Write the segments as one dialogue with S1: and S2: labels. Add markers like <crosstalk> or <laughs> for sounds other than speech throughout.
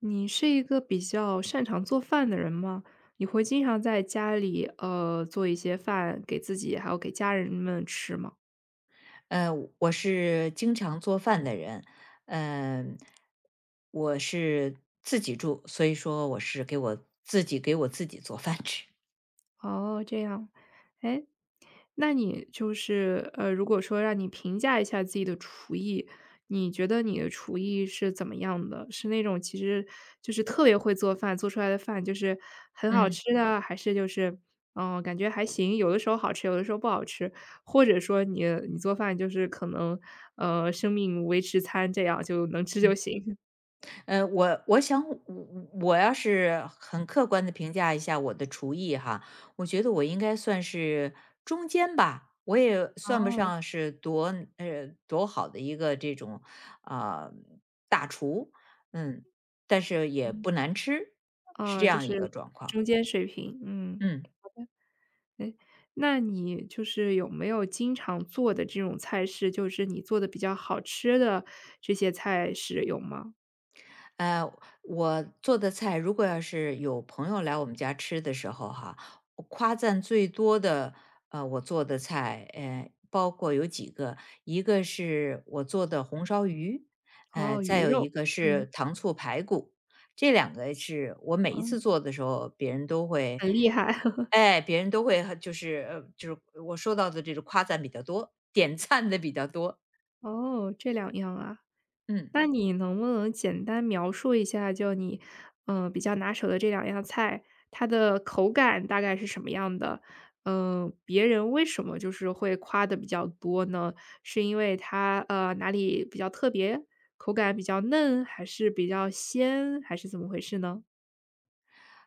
S1: 你是一个比较擅长做饭的人吗？你会经常在家里，做一些饭给自己，还有给家人们吃吗？
S2: 呃，我是经常做饭的人，嗯、我是自己住，所以说我是给我自己做饭吃。
S1: 哦，这样。哎，那你就是如果说让你评价一下自己的厨艺，你觉得你的厨艺是怎么样的？是那种其实就是特别会做饭，做出来的饭就是很好
S2: 嗯
S1: 吃的，还是就是嗯，感觉还行，有的时候好吃，有的时候不好吃，或者说你做饭就是可能生命维持餐这样就能吃
S2: 嗯
S1: 就行？
S2: 我我想我，我要是很客观的评价一下我的厨艺哈，我觉得我应该算是中间吧，我也算不
S1: 哦，
S2: 上是多好的一个这种啊、大厨，嗯，但是
S1: 啊，
S2: 也不
S1: <laughs>
S2: 难吃，是这
S1: 就
S2: 样
S1: 是
S2: 一个状况。
S1: 中间水平，嗯。
S2: 嗯。
S1: 哎，那你就是有没有经常做的这种菜式，就是你做的比较好吃的这些菜式有吗？
S2: 呃，我做的菜如果要是有朋友来我们家吃的时候哈，我夸赞最多的，我做的菜，包括有几个，一个是我做的红烧鱼，
S1: 哦，
S2: 再
S1: 鱼
S2: 有
S1: 肉，
S2: 一个
S1: 嗯，
S2: 是糖醋排骨。这两个是我每
S1: 哦，
S2: 一次做的时候，别人都会
S1: 很厉害。<laughs>
S2: 哎，别人都会很就是呃，就是我收到的这种夸赞比较多，点赞的比较多。
S1: 哦，这两样啊。
S2: 嗯。
S1: 那你能不能简单描述一下，就你，嗯比较拿手的这两样菜，它的口感大概是什么样的？嗯，别人为什么就是会夸的比较多呢？是因为它，哪里比较特别？口感比较嫩？还是比较鲜？还是怎么回事呢？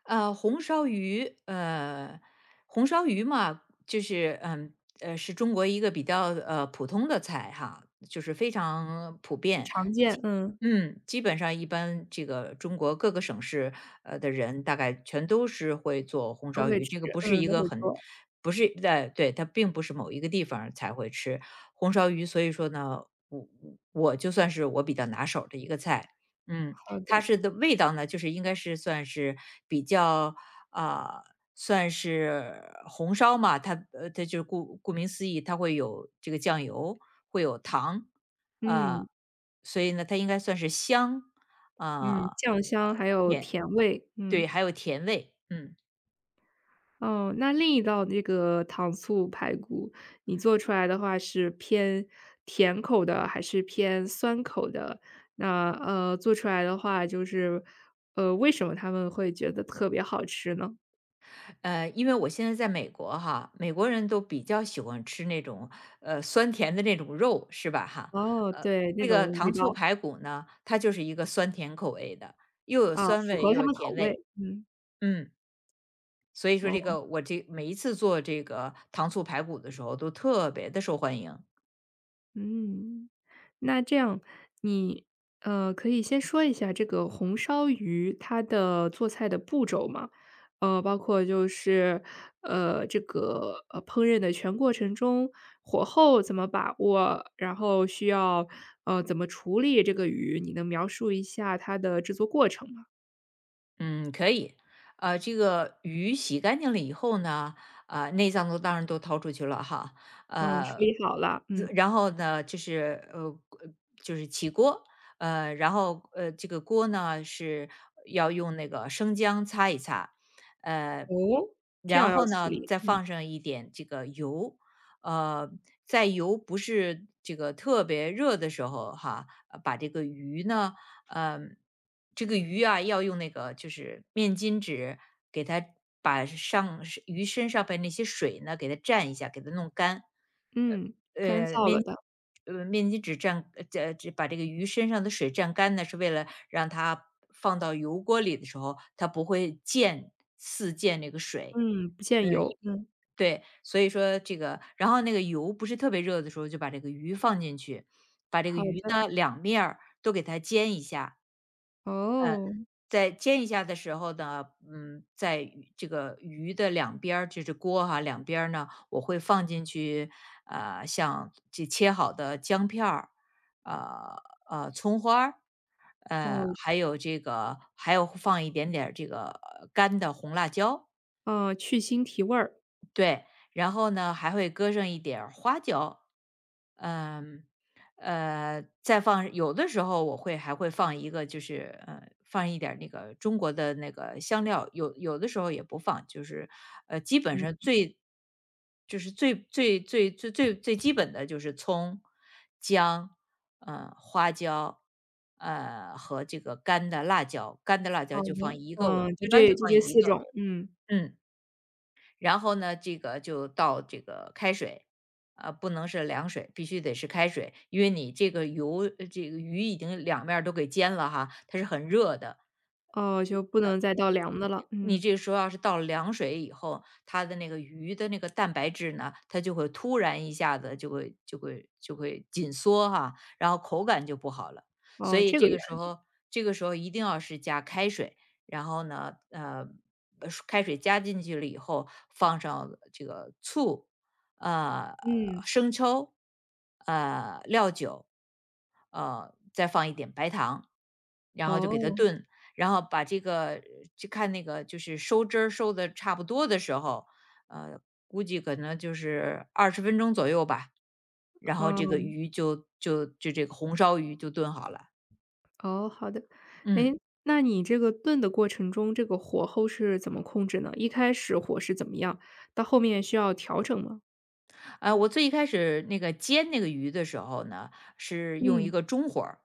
S2: 呃，红烧鱼，呃，红烧鱼嘛，就是是中国一个比较普通的菜哈，就是非常普遍。
S1: 常见，嗯，
S2: 嗯，基本上一般这个中国各个省市，的人大概全都是会做红
S1: 都
S2: 烧
S1: 会
S2: 鱼，
S1: 吃，
S2: 这个不是
S1: 嗯，
S2: 一
S1: 都
S2: 个
S1: 会
S2: 很
S1: 做。
S2: 不是在对，它并不是某一个地方儿才会吃红烧鱼，所以说呢，我就算是我比较拿手的一个菜。嗯，
S1: 好
S2: 它
S1: 的，
S2: 是的味道呢，就是应该是算是比较啊、算是红烧嘛，它就是顾名思义，它会有这个酱油，会有糖。
S1: 嗯，
S2: 啊。所以呢，它应该算是香，
S1: 嗯，
S2: 啊，
S1: 酱香还有
S2: 甜，
S1: 甜味，嗯。
S2: 对，还有甜味。嗯。
S1: 哦，那另一道那个糖醋排骨，你做出来的话是偏甜口的还是偏酸口的？那，做出来的话就是，为什么他们会觉得特别好吃呢？
S2: 因为我现在在美国哈，美国人都比较喜欢吃那种，酸甜的那种肉，是吧哈？
S1: 哦，
S2: 呃，
S1: 对，那
S2: 这个
S1: 种味
S2: 糖醋
S1: 道，
S2: 排骨呢，它就是一个酸甜口味的，又有
S1: 啊，
S2: 酸
S1: 符
S2: 味
S1: 合
S2: 又
S1: 他
S2: 有
S1: 们口
S2: 甜味。
S1: 味，嗯，
S2: 嗯。所以说这
S1: 哦。
S2: 个我这每一次做这个糖醋排骨的时候都特别的受欢迎。
S1: 嗯，那这样你，可以先说一下这个红烧鱼它的做菜的步骤吗？包括就是，烹饪的全过程中，火候怎么把握，然后需要，怎么处理这个鱼，你能描述一下它的制作过程吗？
S2: 嗯，可以。这个鱼洗干净了以后呢，内脏都当然都掏出去了哈。
S1: 嗯，处
S2: 呃，
S1: 理好了，嗯，
S2: 然后呢，就是起锅，然后这个锅呢是要用那个生姜擦一擦，呃，
S1: 哦，这样
S2: 然
S1: 要
S2: 后
S1: 处
S2: 呢
S1: 理，
S2: 再
S1: 嗯，
S2: 放上一点这个油。呃，在油不是这个特别热的时候哈，呃把这个鱼呢嗯，这个鱼啊要用那个就是面巾纸给它把上是鱼身上边那些水呢给它蘸一下，给它弄干。
S1: 嗯，干
S2: 呃，
S1: 燥了
S2: 面
S1: 的，
S2: 面巾纸这把这个鱼身上的水蘸干呢，是为了让它放到油锅里的时候，它不会四溅那个水。
S1: 嗯，不见
S2: 嗯，
S1: 油，嗯，
S2: 对，所以说这个，然后那个油不是特别热的时候，就把这个鱼放进去，把这个
S1: 好
S2: 鱼
S1: 的，
S2: 呢两面儿都给它煎一下。
S1: 哦，
S2: 在煎一下的时候呢，在这个鱼的两边儿，就是锅哈、两边儿呢，我会放进去，像这切好的姜片儿，呃葱花儿，
S1: 哦。
S2: 还有这个还有放一点点儿这个干的红辣椒。
S1: 去腥提味儿。
S2: 对，然后呢还会搁上一点儿花椒。嗯，再放有的时候我会放一个，就是放一点儿那个中国的那个香料，有的时候也不放，就是基本
S1: 嗯，
S2: 上最就是最最最最最最基本的就是葱、姜、花椒，和这个干的辣
S1: 好
S2: 椒，就放
S1: 的。
S2: 一个，我
S1: 嗯，
S2: 一
S1: 就
S2: 般
S1: 这
S2: 就
S1: 就
S2: 放
S1: 这
S2: 一
S1: 四
S2: 个。
S1: 种，嗯，
S2: 嗯。然后呢，这个就倒这个开水。啊，不能是凉水，必须得是开水，因为你这个油呃这个鱼已经两面儿都给煎了哈，它是很热的，
S1: 哦，就不能再倒凉的了，
S2: 你
S1: 嗯，
S2: 这个时候要是倒了凉水以后，它的那个鱼的那个蛋白质呢，它就会突然一下子就会紧缩哈，然后口感就不好了。所
S1: 哦，
S2: 以
S1: 这个
S2: 这
S1: 原
S2: 个时候，一定要是加开水。然后呢，开水加进去了以后，放上这个醋，呃，
S1: 嗯，
S2: 生抽，料酒，再放一点白糖，然后就给它
S1: 哦，
S2: 炖。然后把这个就看那个就是收汁儿收的差不多的时候，呃，估计可能就是二十分钟左右吧，然后这个
S1: 哦，
S2: 鱼就就就这个红烧鱼就炖好了。
S1: 哦，好的。
S2: 嗯。
S1: 诶，那你这个炖的过程中，这个火候是怎么控制呢？一开始火是怎么样，到后面需要调整吗？
S2: 我最一开始那个煎那个鱼的时候呢，是用一
S1: 嗯，
S2: 个中火儿。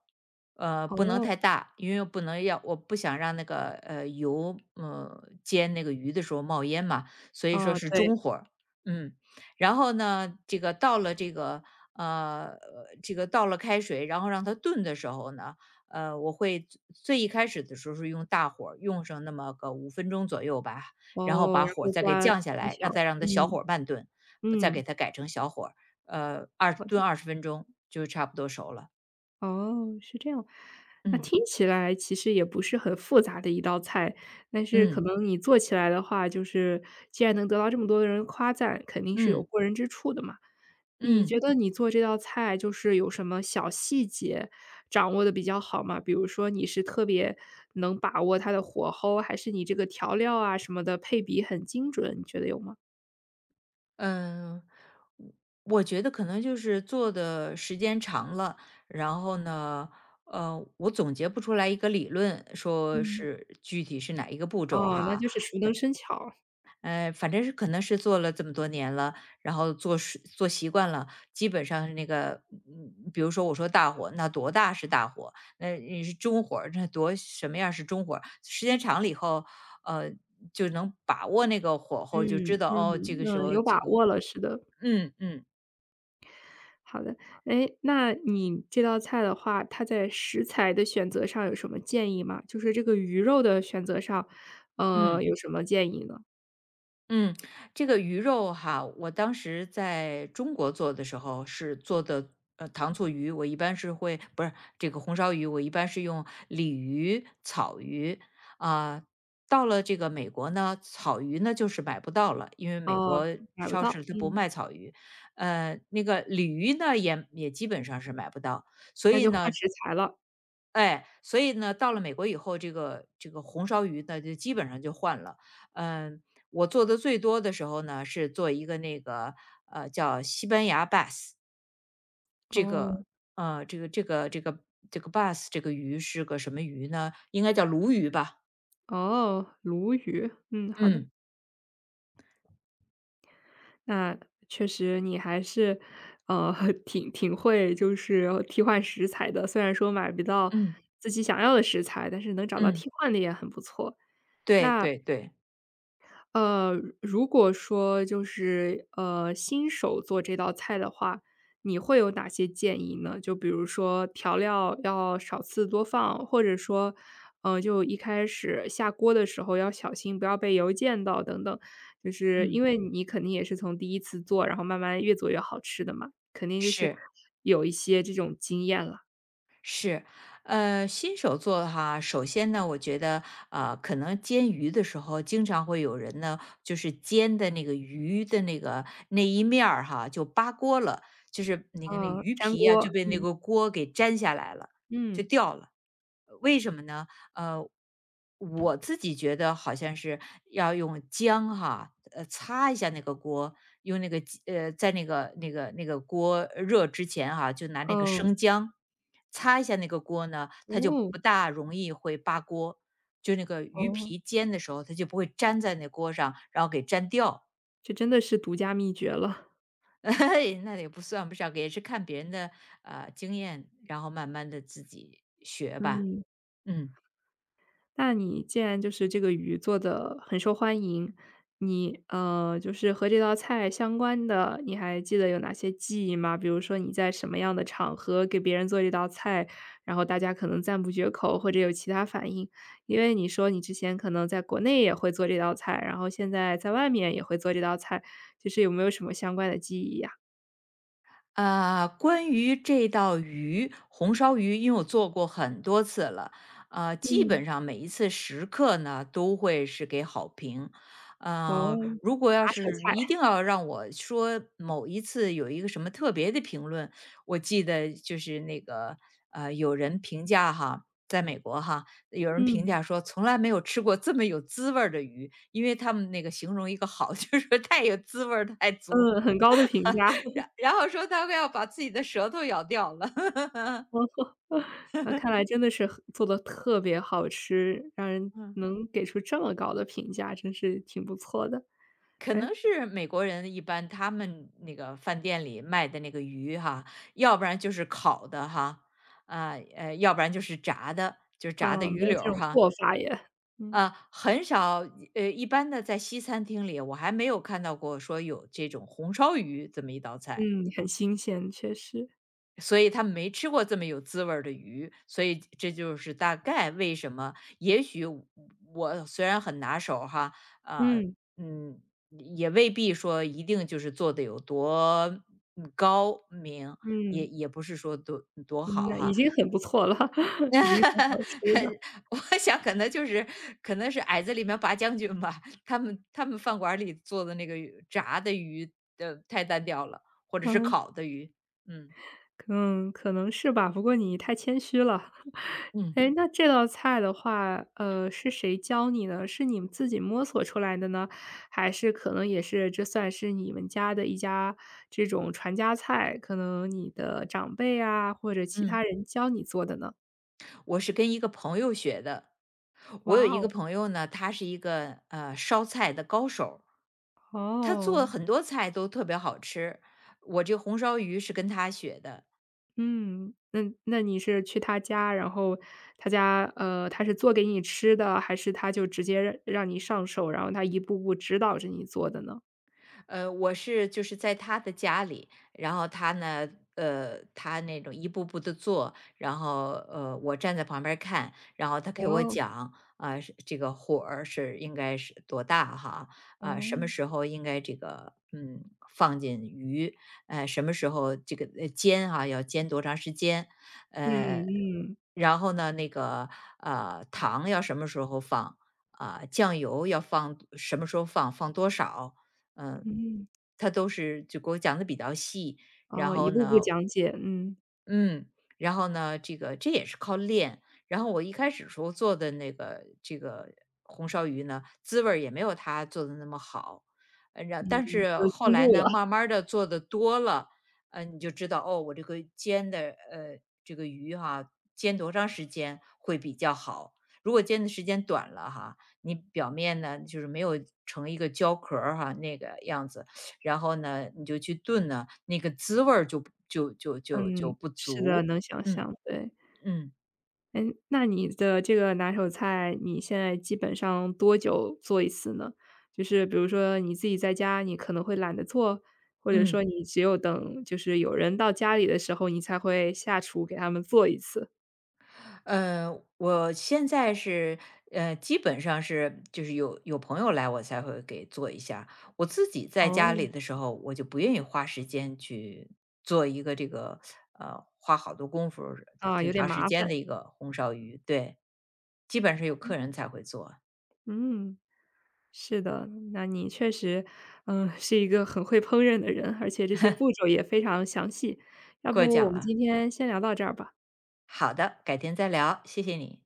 S2: 不能
S1: 哦，
S2: 太大，因为不能要我不想让那个油，煎那个鱼的时候冒烟嘛，所以说
S1: 哦，
S2: 是
S1: 对，
S2: 中火儿。嗯，然后呢，这个到了呃，这个倒了开水，然后让它炖的时候呢，我会最一开始的时候是用大火儿用上那么个5分钟左右吧，然后
S1: 哦，
S2: 把
S1: 然
S2: 火儿
S1: 后
S2: 再给
S1: 关
S2: 降下
S1: 关
S2: 来，
S1: 小，
S2: 再让它小
S1: 嗯，
S2: 火儿慢炖。再给
S1: 嗯，
S2: 它改成小火儿，
S1: 好
S2: 炖
S1: 的。
S2: 二十分钟就差不多熟了。
S1: 哦，是这样。那
S2: 嗯
S1: 听起来其实也不是很复杂的一道菜，但是可
S2: 嗯。
S1: 能你做起来的话，就是既然能得到这么多的人夸赞，肯定是有
S2: 嗯。
S1: 过人之处的嘛。你
S2: 嗯。
S1: 觉得你做这道菜就是有什么小细节掌握的比较好吗？比如说你是特别能把握它的火候，还是你这个调料啊什么的配比很精准，你觉得有吗？
S2: 嗯，我我觉得可能就是做的时间长了，然后呢，我总结不出来一个理论，说
S1: 嗯。
S2: 是具体是哪一个步骤
S1: 哦，那
S2: 哈。
S1: 就是熟能生巧，
S2: 反正是可能是做了这么多年了，然后做是做习惯了，基本上是那个，比如说我说大火，那多大是大火？那你是中火儿那多什么样是中火儿，时间长了以后，呃，就能把握那个火候，就知
S1: 嗯，
S2: 道哦，这
S1: 嗯，
S2: 个时
S1: 嗯，
S2: 候
S1: 有把
S2: 这个
S1: 握
S2: 火。
S1: 了，是的。
S2: 嗯。嗯。
S1: 好的，哎，那你这道菜的话，它在食材的选择上有什么建议吗？就是这个鱼肉的选择上，
S2: 嗯。
S1: 有什么建议呢？
S2: 嗯，这个鱼肉哈，我当时在中国做的时候是做的糖醋鱼，我一般是会不是这个红烧鱼，我一般是用鲤鱼、草鱼，啊、到了这个美国呢，草鱼呢就是买不到了，因为美
S1: 哦，
S2: 国
S1: 买不
S2: 超
S1: 到，
S2: 市它不
S1: 嗯，
S2: 卖草鱼。那个鲤鱼呢也基本上是买不到。所
S1: 那
S2: 以
S1: 就换
S2: 呢，
S1: 食材了。
S2: 所以呢，到了美国以后，这个红烧鱼呢，就基本上就换了。嗯，我做的最多的时候呢，是做一个那个叫西班牙 bass。
S1: 哦，
S2: 呃，这个这个这个这个 bass 这个鱼是个什么鱼呢？应该叫鲈鱼吧？
S1: 哦，鲈鱼，嗯，好的。
S2: 嗯。
S1: 那确实你还是，呃，<laughs> 挺会就是替换食材的，虽然说买不到
S2: 嗯。
S1: 自己想要的食材，但是能找到
S2: 嗯。嗯。
S1: 替换的也很不错。
S2: 对
S1: 那
S2: 对对。
S1: 呃，如果说就是，新手做这道菜的话，你会有哪些建议呢？就比如说调料要少次多放，或者说，就一开始下锅的时候要小心，不要被油溅到等等。就是
S2: 嗯。
S1: 因为你肯定也是从第一次做，然后慢慢越做越好吃的嘛，肯定就是
S2: 是。
S1: 有一些这种经验了。
S2: 是。新手做哈，首先呢，我觉得，可能煎鱼的时候，经常会有人呢，就是煎的那个鱼的那个那一面儿哈，就扒锅了，就是那个那
S1: 嗯，
S2: 鱼
S1: 粘
S2: 皮呀、
S1: 锅，
S2: 就被那
S1: 嗯，
S2: 个锅给粘下来了，就
S1: 嗯，
S2: 掉了。为什么呢？呃，我自己觉得好像是要用姜哈，擦一下那个锅，用那个鸡呃，在那个锅热之前哈，就拿那个
S1: 嗯，
S2: 生姜擦一下那个锅呢，它就
S1: 哦，
S2: 不大容易会扒锅。就那个鱼
S1: 哦，
S2: 皮煎的时候，它就不会粘在那锅上，然后给粘掉。
S1: 这真的是独家秘诀了，
S2: <laughs> 那也不算不上，也是看别人的经验，然后慢慢的自己学吧。
S1: 嗯。
S2: 嗯。
S1: 那你既然就是这个鱼做的很受欢迎，你就是和这道菜相关的，你还记得有哪些记忆吗？比如说你在什么样的场合给别人做这道菜，然后大家可能赞不绝口，或者有其他反应？因为你说你之前可能在国内也会做这道菜，然后现在在外面也会做这道菜，就是有没有什么相关的记忆呀？
S2: 啊，关于这道鱼，红烧鱼，因为我做过很多次了，啊，基
S1: 嗯，
S2: 本上每一次食客呢都会是给好评。
S1: 哦。
S2: 如果
S1: 拿
S2: 要
S1: 手
S2: 是
S1: 菜，
S2: 一定要让我说某一次有一个什么特别的评论，我记得就是有人评价哈，在美国哈，有人评
S1: 嗯，
S2: 价说从来没有吃过这么有滋味儿的鱼，因为他们那个形容一个好，<laughs> 就是说太有滋味儿太足，
S1: 嗯，很高的评价。
S2: 然后说他要把自己的舌头咬掉了。<laughs>
S1: 那看来真的是很做的特别好吃，让人
S2: 嗯，
S1: 能给出这么高的评价，真是挺不错的。
S2: 可
S1: 哎，
S2: 能是美国人一般他们那个饭店里卖的那个鱼哈，要不然就是烤的哈，要不然就是炸的，就是炸的
S1: 啊，没
S2: 鱼
S1: 有
S2: 柳
S1: 这
S2: 儿
S1: 种
S2: 哈，
S1: 做法耶。嗯，
S2: 啊，很少，一般的在西餐厅里我还没有看到过说有这种红烧鱼这么一道菜。
S1: 嗯，很新鲜，确实。
S2: 所以他没吃过这么有滋味儿的鱼，所以这就是大概为什么。也许我虽然很拿手哈。啊。
S1: 嗯，
S2: 嗯。也未必说一定就是做的有多高明，也
S1: 嗯，
S2: 也不是说多
S1: 嗯，
S2: 好
S1: 那已
S2: 哈。
S1: 经很不错了，<laughs> 已经很好吃了。
S2: <laughs> 我想可能是矮子里面拔将军吧，他们饭馆儿里做的那个鱼炸的鱼的太单调了，或者是
S1: 嗯，
S2: 烤的鱼。嗯。
S1: 嗯，可能是吧，不过你太谦虚了。
S2: 嗯。
S1: 哎，那这道菜的话，是谁教你的？是你们自己摸索出来的呢？还是可能也是这算是你们家的一家这种传家菜，可能你的长辈啊，或者其
S2: 嗯。
S1: 他人教你做的呢？
S2: 我是跟一个朋友学的。
S1: 哇
S2: 我有一
S1: 哦，
S2: 个朋友呢，他是一个烧菜的高手儿，他做
S1: 哦，
S2: 很多菜都特别好吃。我这红烧鱼是跟他学的。
S1: 嗯，那那你是去他家，然后他家，他是做给你吃的，还是他就直接让你上手，然后他一步步指导着你做的呢？
S2: 就是在他的家里，然后他呢，他那种一步步的做，然后，我站在旁边儿看，然后他给我
S1: 哦，
S2: 讲，啊，是这个火儿是应该是多大哈，啊，什么
S1: 哦。
S2: 时候应该这个，放进鱼，什么时候这个，煎啊？要煎多长时间，
S1: 嗯
S2: 呃，
S1: 嗯，
S2: 然后呢，那个，糖要什么时候放，啊，酱油要放什么时候放，放多少。嗯。
S1: 嗯。
S2: 他都是就给我讲的比较细。然
S1: 哦，一
S2: 后嗯
S1: 步步
S2: 呢
S1: 讲解，嗯，
S2: 嗯，然后呢，这也是靠练。然后我一开始时候做的这个红烧鱼呢，滋味儿也没有他做的那么好。
S1: 嗯，
S2: 但是
S1: 有
S2: 后
S1: 进
S2: 来
S1: 步
S2: 呢，
S1: 了。
S2: 慢
S1: <laughs>
S2: 慢的做的多了，你就知道，哦，我这个煎的，这个鱼哈，煎多长时间会比较好。如果煎的时间短了哈，你表面呢，就是没有成一个焦壳儿哈，那个样子，然后呢，你就去炖呢，那个滋味儿就不就就就就不
S1: 是的，
S2: 足。
S1: 能想
S2: 嗯。
S1: 象，对。
S2: 嗯。
S1: 哎，那你的这个拿手菜，你现在基本上多久做一次呢？就是比如说你自己在家，你可能会懒得做，或者
S2: 嗯。
S1: 说你只有等就是有人到家里的时候，你才会下厨给他们做一次。
S2: 我现在是基本上是就是有朋友来我才会给做一下。我自己在家
S1: 哦，
S2: 里的时候，我就不愿意花时间去做一个花好多功夫儿
S1: 啊，
S2: 挺
S1: 有点
S2: 长时
S1: 麻烦，
S2: 间的一个红烧鱼。对，基本上有客人才会做。
S1: 嗯。是的，那你确实，嗯，是一个很会烹饪的人，而且这些步骤也非常详细。要
S2: 过
S1: 不我
S2: 奖
S1: 们
S2: 了。
S1: 今天先聊到这儿吧。
S2: 好的，改天再聊，谢谢你。